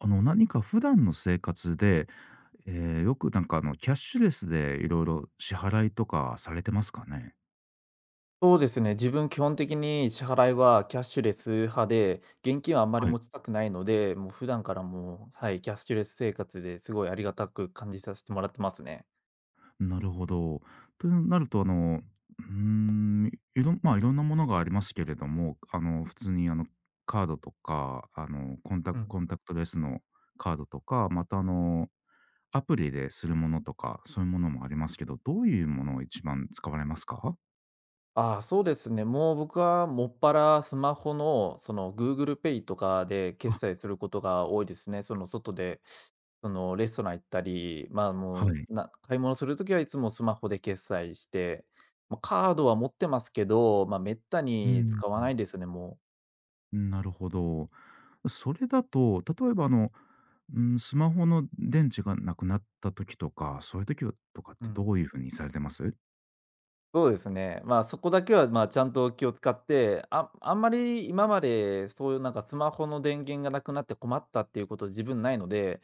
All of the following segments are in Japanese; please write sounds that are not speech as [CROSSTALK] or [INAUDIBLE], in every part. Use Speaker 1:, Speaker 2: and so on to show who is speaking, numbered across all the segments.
Speaker 1: 何か普段の生活で、よくキャッシュレスでいろいろ支払いとかされてますかね？
Speaker 2: そうですね、自分基本的に支払いはキャッシュレス派で、現金はあんまり
Speaker 1: はい、
Speaker 2: 持ちたくないので、もう普段からもう、はい、キャッシュレス生活ですごいありがたく感じさせてもらってますね。
Speaker 1: なるほど。となるとうーん、いろんなものがありますけれども、普通にカードとか、
Speaker 2: うん。
Speaker 1: コンタクトレスのカードとか、またアプリでするものとか、そういうものもありますけど、どういうものを一番使われますか？
Speaker 2: ああ、そうですね。もう僕はもっぱらスマホのその Google Pay とかで決
Speaker 1: あ、
Speaker 2: 済することが多いですね。その外で、そのレストラン行ったり、まあ
Speaker 1: は
Speaker 2: もう
Speaker 1: い。
Speaker 2: な、買い物するときはいつもスマホで決済して、まあ、カードは持ってますけど、まあめったに使わないですね、も
Speaker 1: うん。なるほど。それだと、例えばスマホの電池がなくなった時とか、そういう時はとかっ
Speaker 2: う。う
Speaker 1: てど
Speaker 2: ん。
Speaker 1: ういうふうにされてます？
Speaker 2: そうですね。まあ、そこだけは、まあ、ちゃんと気を使って、ああんまり今まで、そういうなんかスマホの電源がなくなって困ったっていうこと自分ないので、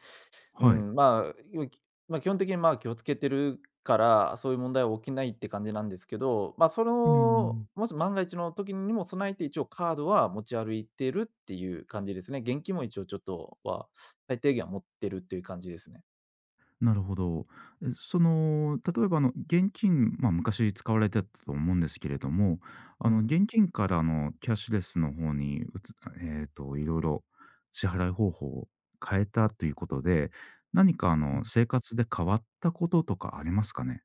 Speaker 2: う
Speaker 1: はい。
Speaker 2: ん、まあ、まあ、基本的にまあ、気をつけてるから、そういう問題は起きないって感じなんですけど、まあ、そ
Speaker 1: うー
Speaker 2: の、
Speaker 1: ん。
Speaker 2: もし万が一の時にも備えて一応カードは持ち歩いてるっていう感じですね。現金も一応ちょっとは最低限は持ってるっていう感じですね。
Speaker 1: なるほど。え、その、例えば現金、ま、昔使われてたと思うんですけれども、
Speaker 2: うん。
Speaker 1: 現金からキャッシュレスの方に色々支払い方法を変えたということで、何か生活で変わったこととかありますかね？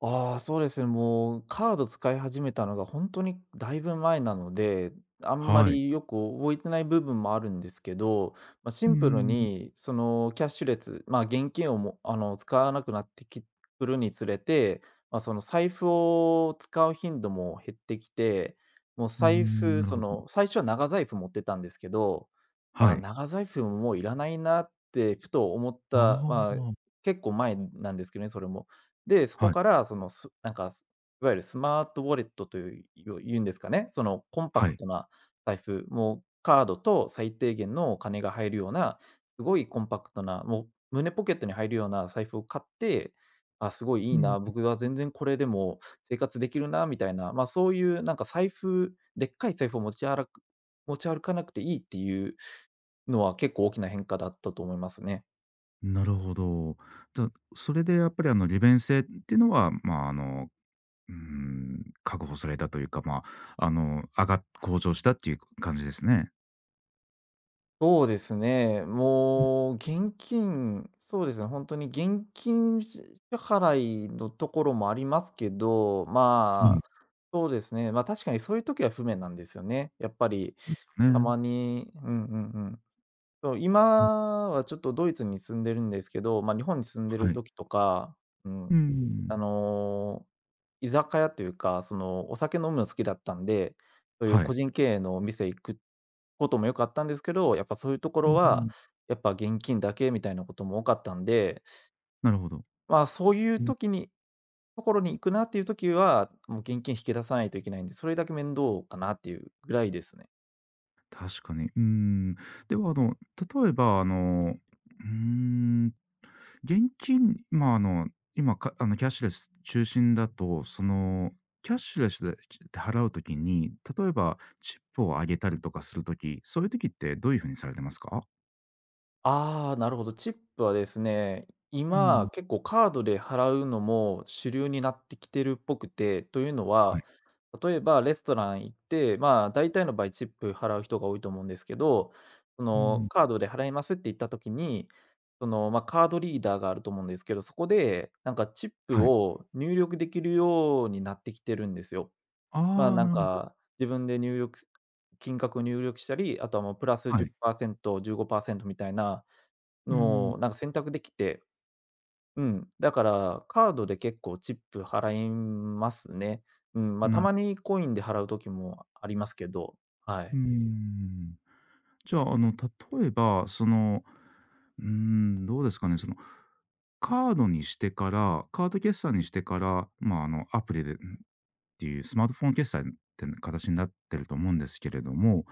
Speaker 2: ああ、そうですね、もうカード使い始めたのが本当にだいぶ前なので、あんま
Speaker 1: はい。
Speaker 2: りよく覚えてない部分もあるんですけど、まあ、シ
Speaker 1: う
Speaker 2: ンプル
Speaker 1: ーん。
Speaker 2: にそのキャッシュレス、まあ、現金をも使わなくなってきくるにつれて、まあ、その財布を使う頻度も減ってきて、もう
Speaker 1: うー
Speaker 2: 財
Speaker 1: ん、
Speaker 2: 布、
Speaker 1: なる
Speaker 2: そ
Speaker 1: ほど。
Speaker 2: の最初は長財布持ってたんですけど、ま
Speaker 1: は
Speaker 2: あ、
Speaker 1: い。
Speaker 2: 長財布ももういらないなってふと思っ
Speaker 1: あ
Speaker 2: た、まあ、
Speaker 1: あ。
Speaker 2: 結構前なんですけどね、それも。で、そ
Speaker 1: は
Speaker 2: こ
Speaker 1: い、
Speaker 2: からその、なんか、いわゆるスマートウォレットというよ言うんですかね、そのコンパ
Speaker 1: は
Speaker 2: ク
Speaker 1: い。
Speaker 2: トな財布、もうカードと最低限のお金が入るような、すごいコンパクトな、もう胸ポケットに入るような財布を買って、あ、すごいい
Speaker 1: う
Speaker 2: い
Speaker 1: ん。
Speaker 2: な、僕は全然これでも生活できるなみたいな、まあ、そういうなんかでっかい財布を持ち歩かなくていいっていうのは結構大きな変化だったと思いますね。
Speaker 1: なるほど。じゃ、それでやっぱり利便性っていうのは、まあ、確保されたというか、まあ、向上したっていう感じですね。
Speaker 2: そうですね、
Speaker 1: うん、う
Speaker 2: もう現金、そうですね、本当に現金支払いのところもありますけど、
Speaker 1: ん。い。
Speaker 2: まあ、そうですね、ま、あ確かにそういう時は不便なんですよね。やっぱり、
Speaker 1: ですよ
Speaker 2: た
Speaker 1: ね。
Speaker 2: まにうんうんうん、そう、
Speaker 1: うん。
Speaker 2: 今はちょっとドイツに住んでるんですけど、まあ、日本に住んで
Speaker 1: は
Speaker 2: る
Speaker 1: い。
Speaker 2: 時とか、う
Speaker 1: う
Speaker 2: ん、
Speaker 1: ん。ん、
Speaker 2: あの、居酒屋というか、その、お酒飲むの好きだったんで、そういう
Speaker 1: は
Speaker 2: 個
Speaker 1: い。
Speaker 2: 人経営のお店行くこともよかったんですけど、やっぱそういうとこ
Speaker 1: う
Speaker 2: ろは、
Speaker 1: ん。
Speaker 2: やっぱ現金だけみたいなことも多かったんで、
Speaker 1: なるほど。
Speaker 2: まあ、そういうところに行くなっていう時は、もう現金引き出さないといけないんで、それだけ面倒かなっていうぐらいですね。
Speaker 1: 確かに。うーん。では、例えば、うーん、現金、まあ、キャッシュレス中心だと、その、キャッシュレスで払うときに、例えばチップをあげたりとかするとき、そういう時ってどういうふうにされてますか？
Speaker 2: ああ、なるほど。チップはですね、
Speaker 1: うん。
Speaker 2: 今、結構カードで払うのも主流になってきてるっぽくて、というの
Speaker 1: はい。
Speaker 2: は、例えばレストラン行って、まあ、大体の場合チップ払う人が多いと思うんですけど、そ
Speaker 1: う
Speaker 2: の
Speaker 1: ん。
Speaker 2: カードで払いますって言った時に、その、まあ、カードリーダーがあると思うんですけど、そこでなんかチップ
Speaker 1: はい。
Speaker 2: を入力できるようになってきてるんですよ。まあ、
Speaker 1: ああ、
Speaker 2: な
Speaker 1: な
Speaker 2: ん
Speaker 1: るほど。
Speaker 2: か自分で金額を入力したり、あとはもうプラス
Speaker 1: は
Speaker 2: じゅっ
Speaker 1: い。
Speaker 2: パーセント15%みたいな
Speaker 1: うん、
Speaker 2: の、なんか選択できて、うん、だからカードで結構チップ払いますね。うん、まあ、た
Speaker 1: な
Speaker 2: まにコインで払う時もありますけど、は
Speaker 1: う
Speaker 2: い。
Speaker 1: ん。じゃあ、例えば、その、どうですかね、その、カード決済にしてから、まあ、アプリでっていうスマートフォン決済って形になってると思うんですけれども、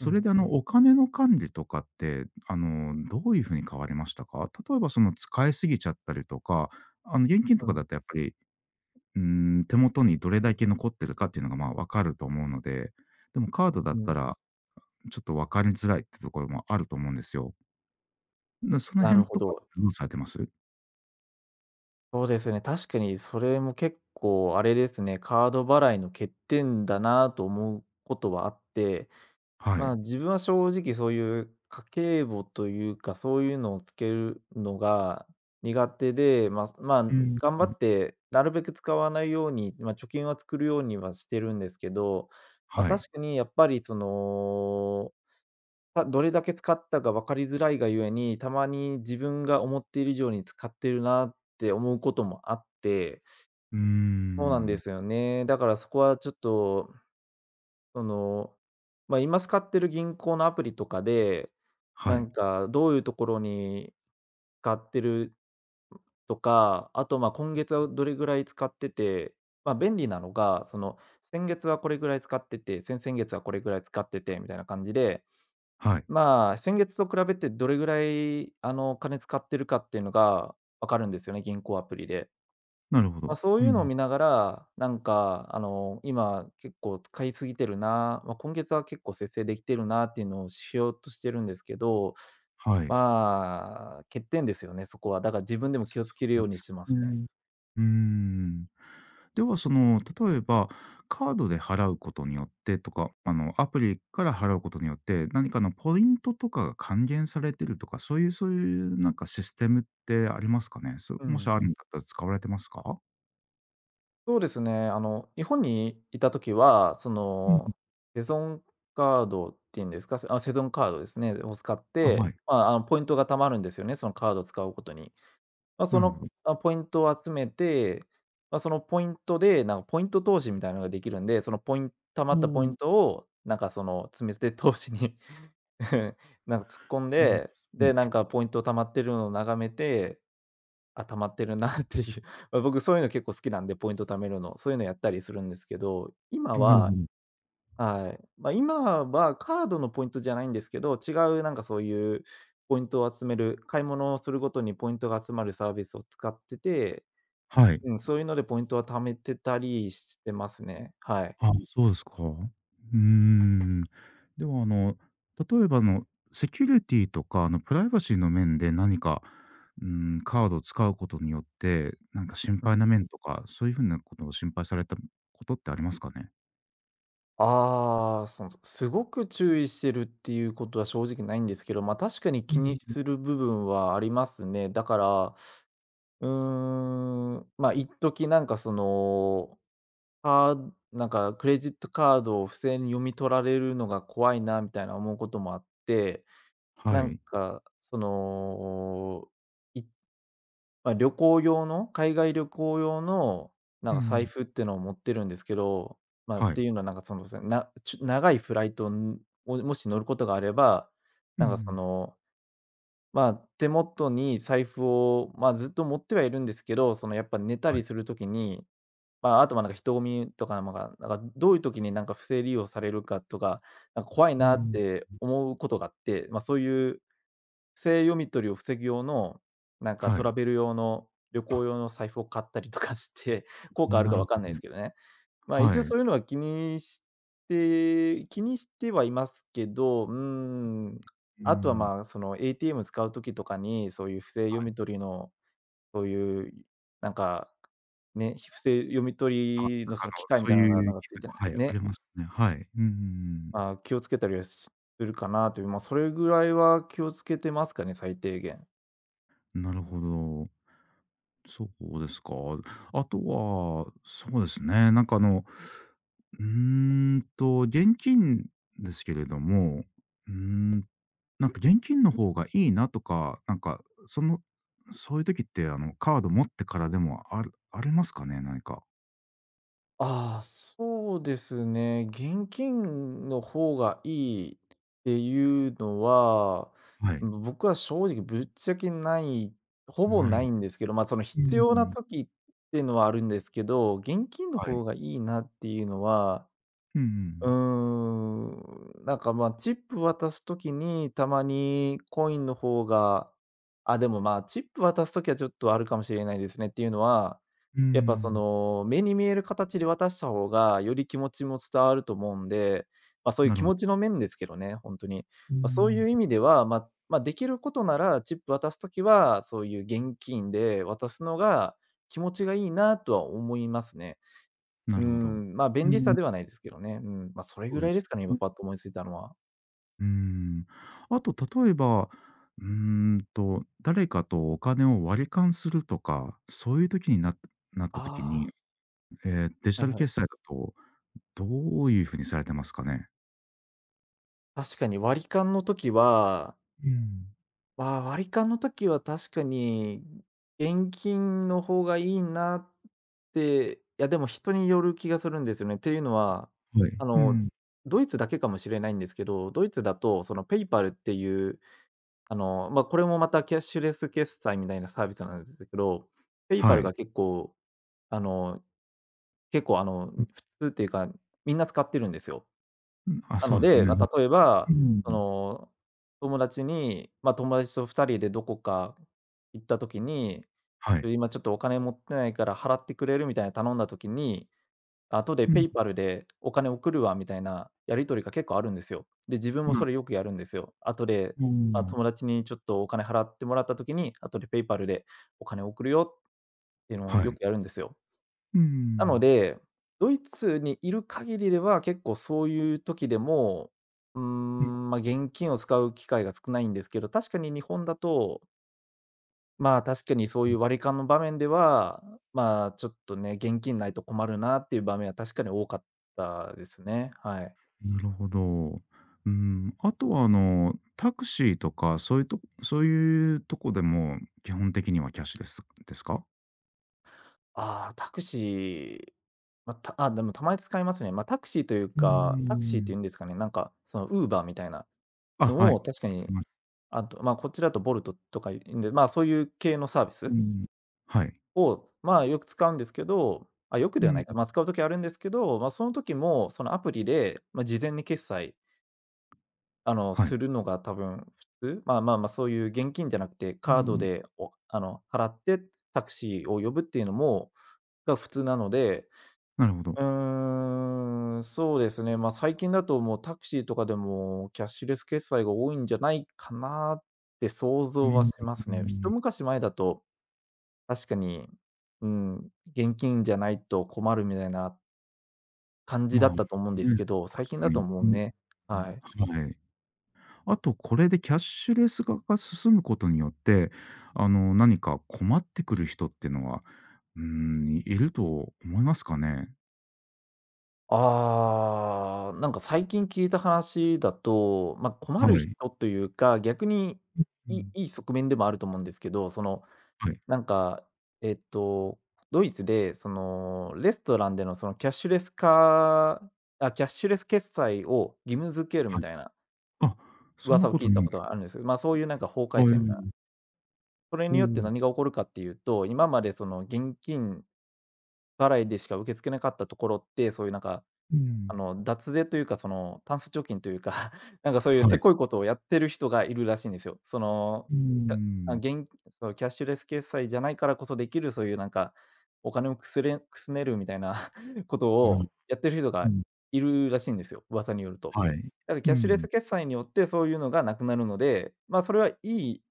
Speaker 2: う
Speaker 1: れ
Speaker 2: ん、
Speaker 1: でお金の管理とかって、どういう風に変わりましたか？例えばその使いすぎちゃったりとか、現金と
Speaker 2: う
Speaker 1: か
Speaker 2: ん、
Speaker 1: だとやっぱり、うー手元にどれだけ残ってるかっていうのが、まあ、わかると思うので、でもカードだっ
Speaker 2: う
Speaker 1: た
Speaker 2: ん。
Speaker 1: らちょっと分かりづらいってところもあると思うんですよ。その
Speaker 2: なる
Speaker 1: 辺
Speaker 2: ほ
Speaker 1: とか
Speaker 2: ど。
Speaker 1: どうされてます？
Speaker 2: そうですね、確かにそれも結構あれですね、カード払いの欠点だなと思うことはあって、
Speaker 1: は
Speaker 2: ま
Speaker 1: い。
Speaker 2: あ、自分は正直そういう家計簿というか、そういうのをつけるのが苦手で、まあ、まあ、
Speaker 1: うん、
Speaker 2: 頑
Speaker 1: う
Speaker 2: 張
Speaker 1: ん。
Speaker 2: ってなるべく使わないように、まあ、貯金は作るようにはしてるんですけど、まあ、
Speaker 1: はい。
Speaker 2: 確かにやっぱりその、どれだけ使ったか分かりづらいがゆえに、たまに自分が思っている以上に使ってるなって思うこともあって、
Speaker 1: うー
Speaker 2: そうなんで
Speaker 1: ん。
Speaker 2: すよね。だからそこはちょっとその、まあ、今使ってる銀行のアプリとかで、
Speaker 1: は
Speaker 2: な
Speaker 1: い。
Speaker 2: んかどういうところに使ってるとか、あと、ま、今月はどれぐらい使ってて、まあ、便利なのが、その、先月はこれぐらい使ってて、先々月はこれぐらい使っててみたいな感じで、
Speaker 1: はい。
Speaker 2: まあ、先月と比べてどれぐらい、あの、金使ってるかっていうのが分かるんですよね、銀行アプリで。
Speaker 1: なるほ
Speaker 2: ま
Speaker 1: ど。
Speaker 2: あ、そう
Speaker 1: う
Speaker 2: いうのを
Speaker 1: ん。
Speaker 2: 見ながら、なんか、あの、今結構使いすぎてるな、まあ、今月は結構節制できてるなっていうのをしようとしてるんですけど、
Speaker 1: はい。
Speaker 2: まあ、欠点ですよね、そこは。だから自分でも
Speaker 1: そ
Speaker 2: 気をつける
Speaker 1: うで
Speaker 2: ようにし
Speaker 1: す
Speaker 2: てますね。
Speaker 1: ね。うーん。では、その、例えば、カードで払うことによってとか、アプリから払うことによって、何かのポイントとかが還元されてるとか、そういうなんかシステムってありますかね？そ、
Speaker 2: う
Speaker 1: もし
Speaker 2: ん。
Speaker 1: あるんだったら使われてますか？
Speaker 2: そうですね、あの、日本にいた時は、そ
Speaker 1: うん。
Speaker 2: の、セゾンカードっていうんですか、あ、セゾンカードですね、を使っ
Speaker 1: あ、は
Speaker 2: て、
Speaker 1: い。
Speaker 2: まあ、あの、ポイントが貯まるんですよね、そのカードを使うことに。まあ、そ
Speaker 1: なるほ
Speaker 2: の、
Speaker 1: ど。
Speaker 2: あ、ポイントを集めて、まあ、そのポイントで、なんかポイント投資みたいなのができるんで、そのポイン貯ま
Speaker 1: お
Speaker 2: ったポイン
Speaker 1: お、
Speaker 2: トを、なんかその積み立て投資に [LAUGHS]、なんか突っ込ん
Speaker 1: あ
Speaker 2: で、
Speaker 1: すご
Speaker 2: で、
Speaker 1: い。
Speaker 2: なんかポイント貯まってるのを眺めて、あ、貯まってるなっていう、[LAUGHS] ま、僕そういうの結構好きなんで、ポイント貯めるの、そういうのやったりするんですけど、今
Speaker 1: なるほ
Speaker 2: は
Speaker 1: ど。
Speaker 2: はい。まあ、今はカードのポイントじゃないんですけど、違うなんかそういうポイントを集める、買い物をするごとにポイントが集まるサービスを使ってて、
Speaker 1: はい。
Speaker 2: うん、そういうのでポイントは貯めてたりしてますね。はい。
Speaker 1: あ、そうですか。うーん。では、例えば、セキュリティとか、プライバシーの面で何か、うーカードを使うことによって、なんか心
Speaker 2: う
Speaker 1: 配な
Speaker 2: ん。
Speaker 1: 面とか、そういう風なことを心配されたことってありますかね？
Speaker 2: ああ、その、すごく注意してるっていうことは正直ないんですけど、ま、確かに
Speaker 1: う
Speaker 2: 気に
Speaker 1: ん。
Speaker 2: する部分はありますね。だから、うーん、ま、一時なんかそのなんかクレジットカードを不正に読み取られるのが怖いなみたいな思うこともあって、
Speaker 1: は
Speaker 2: なん
Speaker 1: い。
Speaker 2: かその、いま、旅行用の、海外旅行用のな
Speaker 1: う
Speaker 2: んか
Speaker 1: ん。
Speaker 2: 財布ってのを持ってるんですけど、まあ、っ
Speaker 1: はい。
Speaker 2: ていうのはなんかその、そなちゅ長いフライトんをもし乗ることがあれば、
Speaker 1: う
Speaker 2: なんかそ
Speaker 1: ん。
Speaker 2: の、まあ、手元に財布を、まあ、ずっと持ってはいるんですけど、そのやっぱ寝た
Speaker 1: はい。
Speaker 2: りする時にまあ、あとはなんか人混みとか、なんかどういう時になんか不正利用されるかとか、なんか怖い
Speaker 1: う
Speaker 2: なっ
Speaker 1: ん。
Speaker 2: て思うことがあって、まあ、そういう不正読み取りを防ぐ用の、なんか
Speaker 1: は
Speaker 2: ト
Speaker 1: い。
Speaker 2: ラベル用の、旅
Speaker 1: あ、
Speaker 2: 行用の財布を買ったりとかして、[LAUGHS] 効果ある
Speaker 1: な
Speaker 2: か
Speaker 1: るほ
Speaker 2: わかんないで
Speaker 1: ど。
Speaker 2: すけどね。まあ、
Speaker 1: は
Speaker 2: 一応
Speaker 1: い。
Speaker 2: そういうのは気にして気にしてはいますけど、ん、
Speaker 1: う
Speaker 2: あとは
Speaker 1: ん、はい。
Speaker 2: まあ、その ATM 使う時とかに、そういう不正読み取りのそういう、なんか、ね、不正読み
Speaker 1: あ、なんか
Speaker 2: 取りのその機械み
Speaker 1: そう
Speaker 2: たいなのが
Speaker 1: い
Speaker 2: な
Speaker 1: う
Speaker 2: んか
Speaker 1: 機
Speaker 2: ついてない、
Speaker 1: 会はい、ありますね。はい。うんうん
Speaker 2: 気をつけたりはするかなという、まあ、それぐらいは気をつけてますかね、最低限。
Speaker 1: うん。なるほど。そうですか。あとは、そうですね、なんかうー現金ですけれども、うーん、なんか現金の方がいいなとか、なんか、その、そういう時って、カード持ってからでもあるありますかね？何か。
Speaker 2: ああ、そうですね。現金の方がいいっていうのは、
Speaker 1: はい。
Speaker 2: うん、僕は正直ぶっちゃけない、ほぼ
Speaker 1: な
Speaker 2: な
Speaker 1: い。
Speaker 2: いんですけど、ま、その
Speaker 1: う
Speaker 2: 必要な
Speaker 1: ん、
Speaker 2: 時っていうのはあるんですけど、現金の
Speaker 1: はい。
Speaker 2: 方がいいなっていうのは
Speaker 1: うんうんう
Speaker 2: まあ、チップ渡すときに、たまにコインの方がでも、まあ、チップ渡すときはちょっとあるかもしれないですね。っていうのは、
Speaker 1: ー
Speaker 2: やっぱ、そ
Speaker 1: ん、
Speaker 2: の、目に見える形で渡した方が、より気持ちも伝わると思うんで、まあ、そういう
Speaker 1: なる
Speaker 2: 気
Speaker 1: ほ
Speaker 2: 持ち
Speaker 1: ど。
Speaker 2: の面ですけどね、本当に。
Speaker 1: うー
Speaker 2: まあ、そうい
Speaker 1: ん、
Speaker 2: う意味では、まあ、できることなら、チップ渡すときは、そういう現金で渡すのが気持ちがいいなとは思いますね。
Speaker 1: なるほど。
Speaker 2: まあ、
Speaker 1: う
Speaker 2: 便利さ
Speaker 1: ん。
Speaker 2: ではないですけどね。うん、まあ、それ
Speaker 1: そ
Speaker 2: ぐ
Speaker 1: う
Speaker 2: ら
Speaker 1: で
Speaker 2: いで
Speaker 1: す
Speaker 2: すかね、今
Speaker 1: ね。
Speaker 2: パッと思いついたのは。
Speaker 1: うーん。あと例えば、うー誰かとお金を割り勘するとか、そういう時になった時に、
Speaker 2: あ
Speaker 1: ええ、デジ
Speaker 2: あ、
Speaker 1: タ
Speaker 2: は
Speaker 1: ル
Speaker 2: いはい。
Speaker 1: 決済だとどういう風にされてますかね？
Speaker 2: 確かに割り勘の時は、
Speaker 1: うん。
Speaker 2: まあ割り勘の時は確かに現金の方がいいなって、いやでも人による気がするんですよね。っていうのは、
Speaker 1: はい。
Speaker 2: あ
Speaker 1: う
Speaker 2: の、
Speaker 1: ん。
Speaker 2: ドイツだけかもしれないんですけど、ドイツだとそのペイパルっていう、まあ、これもまたキャッシュレス決済みたいなサービスなんですけど、ペイパ
Speaker 1: は
Speaker 2: ル
Speaker 1: い。
Speaker 2: が結構、あの
Speaker 1: うん。
Speaker 2: 普通っていうか、みんな使ってるんですよ。
Speaker 1: うん、あ、
Speaker 2: な
Speaker 1: そう
Speaker 2: の
Speaker 1: です
Speaker 2: で、
Speaker 1: ね。は
Speaker 2: まあ、例え
Speaker 1: い。う
Speaker 2: ば、
Speaker 1: ん。
Speaker 2: その、友達に、まあ、友達と2人でどこか行った時に、
Speaker 1: はい。
Speaker 2: 今ちょっとお金持ってないから払ってくれるみたいな頼んだ時に、後で
Speaker 1: うん。
Speaker 2: PayPal でお金送るわみたいなやり取りが結構あるんですよ。で、自分も
Speaker 1: なる
Speaker 2: それよくやるんですよ。後で、
Speaker 1: ほ
Speaker 2: まあ、
Speaker 1: ど。
Speaker 2: 友達にちょっとお金払ってもらった時に、後で PayPal でお金送るよっていうのを
Speaker 1: は
Speaker 2: よ
Speaker 1: い。
Speaker 2: くやるんですよ。
Speaker 1: うん。う
Speaker 2: なの
Speaker 1: ん。
Speaker 2: で、ドイツにいる限りでは、結構そういう時でも、まあ、現金を使う機会が少ないんですけど、確かに日本だと、まあ、確かにそういう割り勘の場面では、まあ、ちょっとね、現金ないと困るなっていう場面は確かに多かったですね。はい。
Speaker 1: なるほど。うん、あとはタクシーとか、そういうとこでも、基本的にはキャッシュレスですか？
Speaker 2: ああ、タクシー、まあ、でもたまに使いますね。まあ、タクシーという
Speaker 1: うー
Speaker 2: か、タクシーっ
Speaker 1: ん。
Speaker 2: ていうんですかね、なんか、その Uber みたいな
Speaker 1: あ、は
Speaker 2: の
Speaker 1: い。
Speaker 2: を確か
Speaker 1: あり
Speaker 2: に、
Speaker 1: ます。
Speaker 2: あと、まあ、こっちだとボルトとかいうんで、まあ、そういう系のサービ
Speaker 1: う
Speaker 2: ス
Speaker 1: ん。はい。
Speaker 2: を、まあ、よく使うんですけど、あ、よく
Speaker 1: う
Speaker 2: ではな
Speaker 1: ん。
Speaker 2: いか、まあ、使う時あるんですけど、まあ、その時も、そのアプリで、まあ、事前に決済、
Speaker 1: はい。
Speaker 2: するのが多分普通、まあ、そういう現金じゃなくて、
Speaker 1: う
Speaker 2: カード
Speaker 1: ん、
Speaker 2: で、おあの、払ってタクシーを呼ぶっていうのもが普通なので、
Speaker 1: なるほど。
Speaker 2: うーん、そうですね。まあ、最近だともうタクシーとかでもキャッシュレス決済が多いんじゃないかなって想
Speaker 1: う
Speaker 2: 像は
Speaker 1: ん、
Speaker 2: しま
Speaker 1: う
Speaker 2: すね。一
Speaker 1: ん。
Speaker 2: 昔前だと確かに、うん、現金じゃないと困るみたいな感じ
Speaker 1: ま
Speaker 2: だ
Speaker 1: あ、
Speaker 2: っ
Speaker 1: ね、
Speaker 2: たと思うんですけど、
Speaker 1: 確
Speaker 2: 最近
Speaker 1: か
Speaker 2: だ
Speaker 1: に。
Speaker 2: とも
Speaker 1: う
Speaker 2: う
Speaker 1: ん、
Speaker 2: ね。はい。
Speaker 1: はい。あとこれでキャッシュレス化が進むことによって、何か困ってくる人っていうのは、いると思いますかね？
Speaker 2: ああ、なんか最近聞いた話だと、まあ、困
Speaker 1: は
Speaker 2: る人
Speaker 1: い。
Speaker 2: というか、逆に
Speaker 1: う
Speaker 2: いい
Speaker 1: ん。
Speaker 2: いい側面でもあると思うんですけど、その
Speaker 1: はい。
Speaker 2: なんか、えっと、ドイツで、その、レストランでの、その、キャッシュレス決済を義務付けるみ
Speaker 1: はい。
Speaker 2: たいな
Speaker 1: あ、そんな
Speaker 2: 噂を
Speaker 1: こ
Speaker 2: 聞
Speaker 1: と
Speaker 2: いた
Speaker 1: ない。
Speaker 2: ことがあるんですよ。まあ、そういうなんか法改
Speaker 1: は
Speaker 2: 正みたいな。
Speaker 1: い。
Speaker 2: それ
Speaker 1: お
Speaker 2: によっ
Speaker 1: お。
Speaker 2: て何が起こるかっていうと、今までその現金払いでしか受け付けなかったところって、そういうなんか
Speaker 1: う
Speaker 2: あ
Speaker 1: ん。
Speaker 2: の、脱税というか、その、タンス貯金というか、[LAUGHS] なんかそういう
Speaker 1: は
Speaker 2: せ
Speaker 1: い。
Speaker 2: こいことをやってる人がいるらしいんですよ。その、
Speaker 1: うー
Speaker 2: やあ、
Speaker 1: ん。
Speaker 2: そうキャッシュレス決済じゃないからこそできる、そういうなんか、お金をくすれくすねるみたいな [LAUGHS] こと
Speaker 1: なる
Speaker 2: をやってる人
Speaker 1: う
Speaker 2: が
Speaker 1: ん。
Speaker 2: いるらしいんですよ、噂によると。
Speaker 1: はい。
Speaker 2: だからキ
Speaker 1: う
Speaker 2: ャッシュレ
Speaker 1: ん。
Speaker 2: ス決済によってそういうのがなくなるので、まあ、それはいい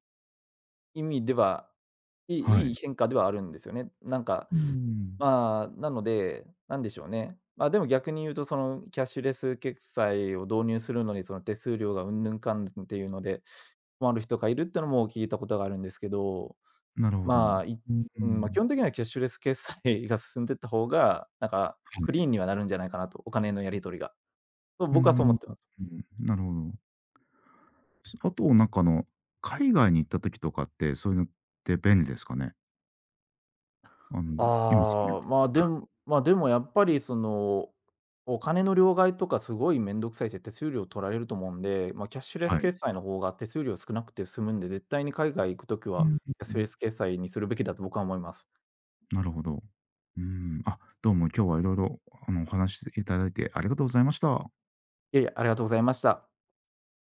Speaker 2: 意味では、い
Speaker 1: は
Speaker 2: いいい
Speaker 1: い。
Speaker 2: 変化ではあるんですよね。なんか
Speaker 1: うーん。
Speaker 2: まあ、なので、なんでしょうね。まあ、でも逆に言うと、そのキャッシュレス決済を導入するのに、その手数料がうんぬんかんぬんっていうので、困る人がいるってのも聞いたことがあるんですけど、
Speaker 1: なるほど。
Speaker 2: ま
Speaker 1: う
Speaker 2: あ、い
Speaker 1: ん、う
Speaker 2: うん、まあ、基
Speaker 1: ん。
Speaker 2: 本的にはキャッシュレス決済が進んでった方が、なんか
Speaker 1: は
Speaker 2: クリ
Speaker 1: い。
Speaker 2: ーンにはなるんじゃないかなと、お金のやり取りが。と
Speaker 1: うー
Speaker 2: 僕はそう思
Speaker 1: ん。
Speaker 2: ってます。
Speaker 1: うん、なるほど。あと、なんか、海外に行った時とかって、そういうのって便利ですかね？あの、今住んでると
Speaker 2: まあ、でもやっぱりその、お金の両替とかすごい面倒くさいし、手数料取られると思うんで、まあ、キャッシュレ
Speaker 1: こが、
Speaker 2: ス
Speaker 1: はい。
Speaker 2: 決済の方が手数料少なくて済むんで、絶対に海外行くとき
Speaker 1: う
Speaker 2: は
Speaker 1: ん、
Speaker 2: キャ
Speaker 1: う
Speaker 2: ッシュレ
Speaker 1: ん。
Speaker 2: ス決済にするべきだと僕は思います。
Speaker 1: なるほど。うーん。あ、どうも今日は色々、お話しいただいてありがとうございました。
Speaker 2: いやいやありがとうございました。